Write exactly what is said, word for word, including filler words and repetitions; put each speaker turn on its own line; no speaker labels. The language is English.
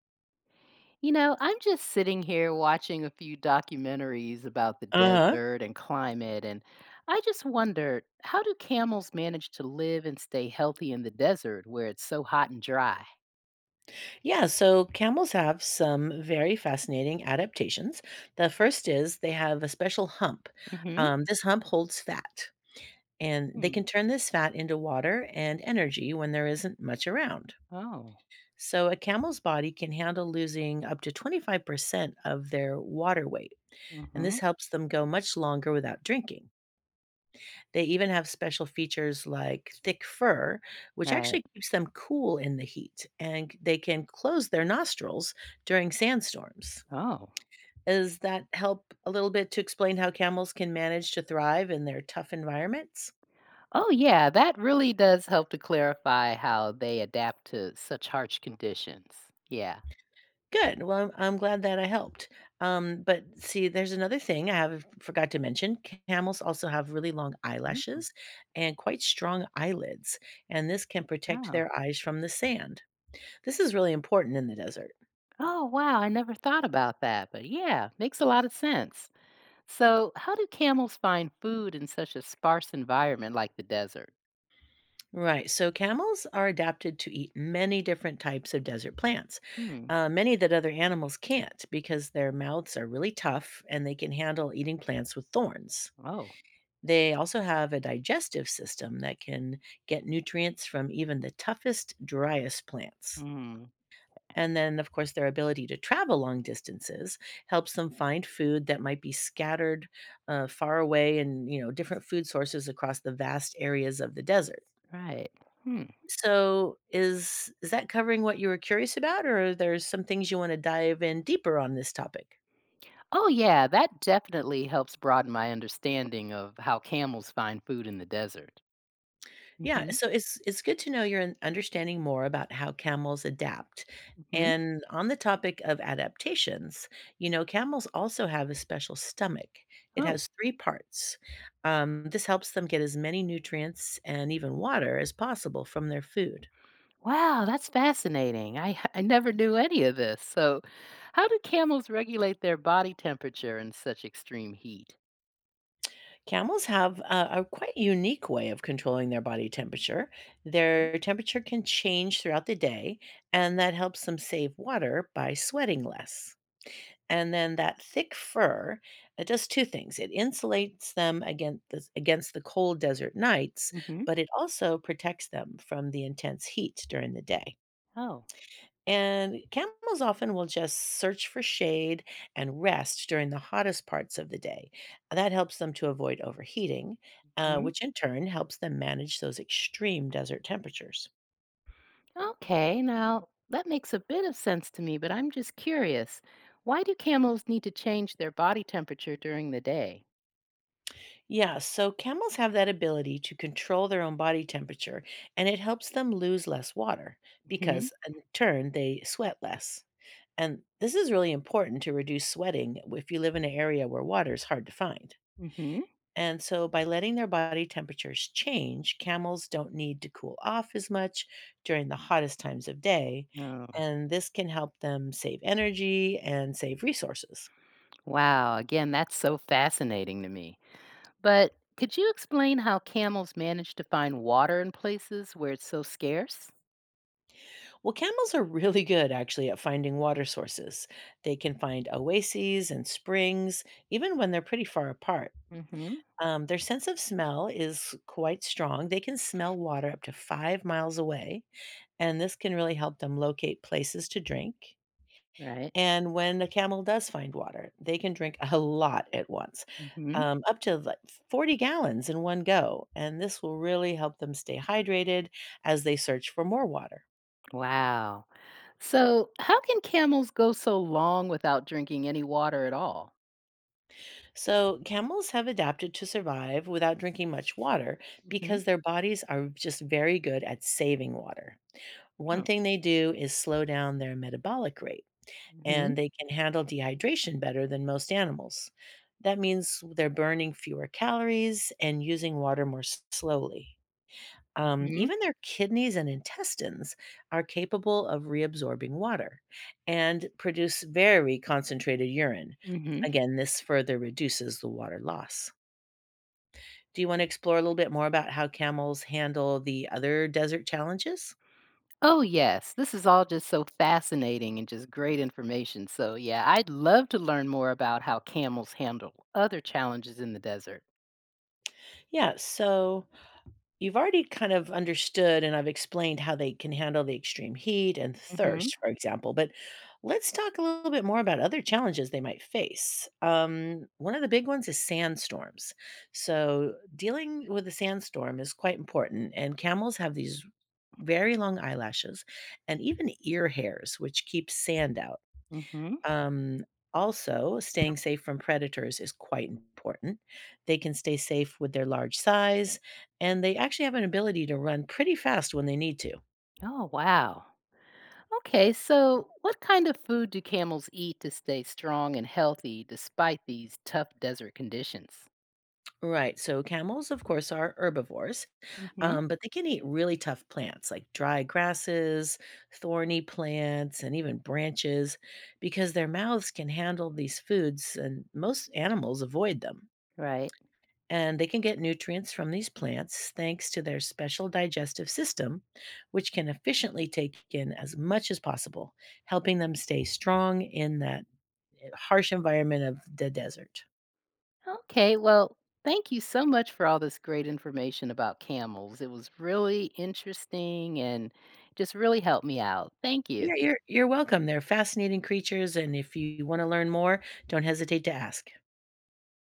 You know, I'm just sitting here watching a few documentaries about the
Uh-huh.
desert and climate, and I just wondered, how do camels manage to live and stay healthy in the desert where it's so hot and dry?
Yeah, so camels have some very fascinating adaptations. The first is they have a special hump.
Hmm.
Um, this hump holds fat, and they can turn this fat into water and energy when there isn't much around.
Oh.
So a camel's body can handle losing up to twenty-five percent of their water weight, and this
Hmm.
helps them go much longer without drinking. They even have special features like thick fur, which
Right.
actually keeps them cool in the heat, and c- they can close their nostrils during sandstorms.
Oh.
Does that help a little bit to explain how camels can manage to thrive in their tough environments?
Oh, yeah, that really does help to clarify how they adapt to such harsh conditions. Yeah.
Good. Well, I'm, I'm glad that I helped. Um, but see, there's another thing I have forgot to mention. Camels also have really long
Mm.
eyelashes and quite strong eyelids, and this can protect
Oh.
their eyes from the sand. This is really important in the desert.
Oh, wow, I never thought about that, but yeah, makes a lot of sense. So, how do camels find food in such a sparse environment like the desert?
Right. So camels are adapted to eat many different types of desert plants,
Hmm.
uh, many that other animals can't because their mouths are really tough and they can handle eating plants with thorns.
Oh.
They also have a digestive system that can get nutrients from even the toughest, driest plants.
Hmm.
And then, of course, their ability to travel long distances helps them find food that might be scattered uh, far away and, you know, different food sources across the vast areas of the desert.
Right. Hmm.
So is is that covering what you were curious about, or are there some things you want to dive in deeper on this topic?
Oh, yeah, that definitely helps broaden my understanding of how camels find food in the desert.
Yeah,
Hmm.
so it's it's good to know you're un- understanding more about how camels adapt.
Hmm.
And on the topic of adaptations, you know, camels also have a special stomach. It
Oh,
has three parts. Um, this helps them get as many nutrients and even water as possible from their food.
wow, that's fascinating. I, h- I never knew any of this. So, how do camels regulate their body temperature in such extreme heat?
Camels have a, a quite unique way of controlling their body temperature. Their temperature can change throughout the day, and that helps them save water by sweating less. And then that thick fur, it does two things. It insulates them against the, against the cold desert nights,
Mm-hmm.
but it also protects them from the intense heat during the day.
Oh.
And camels often will just search for shade and rest during the hottest parts of the day. That helps them to avoid overheating, uh, which in turn helps them manage those extreme desert temperatures.
Okay, now that makes a bit of sense to me, but I'm just curious. Why do camels need to change their body temperature during the day?
Yeah, so camels have that ability to control their own body temperature, and it helps them lose less water
Hmm.
because in turn they sweat less. And this is really important to reduce sweating if you live in an area where water is hard to find.
Hmm.
And so, by letting their body temperatures change, camels don't need to cool off as much during the hottest times of day.
Oh,
And this can help them save energy and save resources.
wow. Again, that's so fascinating to me. But could you explain how camels manage to find water in places where it's so scarce?
Well, camels are really good actually at finding water sources. They can find oases and springs, even when they're pretty far apart.
Hmm.
Um, their sense of smell is quite strong. They can smell water up to five miles away, and this can really help them locate places to drink.
Right.
And when the camel does find water, they can drink a lot at once,
Hmm.
um, up to like forty gallons in one go. And this will really help them stay hydrated as they search for more water.
Wow. So, how can camels go so long without drinking any water at all?
So, camels have adapted to survive without drinking much water
Hmm.
because their bodies are just very good at saving water. One
Oh.
thing they do is slow down their metabolic rate,
Hmm.
and they can handle dehydration better than most animals. That means they're burning fewer calories and using water more s- slowly. Um,
Hmm.
even their kidneys and intestines are capable of reabsorbing water and produce very concentrated urine.
Hmm.
Again, this further reduces the water loss. Do you want to explore a little bit more about how camels handle the other desert challenges?
Oh, yes. This is all just so fascinating and just great information. So, yeah, I'd love to learn more about how camels handle other challenges in the desert.
Yeah, so you've already kind of understood and I've explained how they can handle the extreme heat and
Hmm.
thirst, for example, but let's talk a little bit more about other challenges they might face. Um, one of the big ones is sandstorms. So, dealing with a sandstorm is quite important, and camels have these very long eyelashes and even ear hairs, which keep sand out.
Hmm.
Um, also, staying safe from predators is quite important. They can stay safe with their large size, and they actually have an ability to run pretty fast when they need to.
Oh, wow. Okay, so what kind of food do camels eat to stay strong and healthy despite these tough desert conditions?
Right. So camels, of course, are herbivores,
Hmm.
um, but they can eat really tough plants like dry grasses, thorny plants, and even branches because their mouths can handle these foods, and most animals avoid them,
Right.
and they can get nutrients from these plants thanks to their special digestive system, which can efficiently take in as much as possible, helping them stay strong in that eh, harsh environment of the desert.
Okay, well, thank you so much for all this great information about camels. It was really interesting and just really helped me out. Thank you.
Yeah, you're you're welcome. They're fascinating creatures, and if you want to learn more, don't hesitate to ask.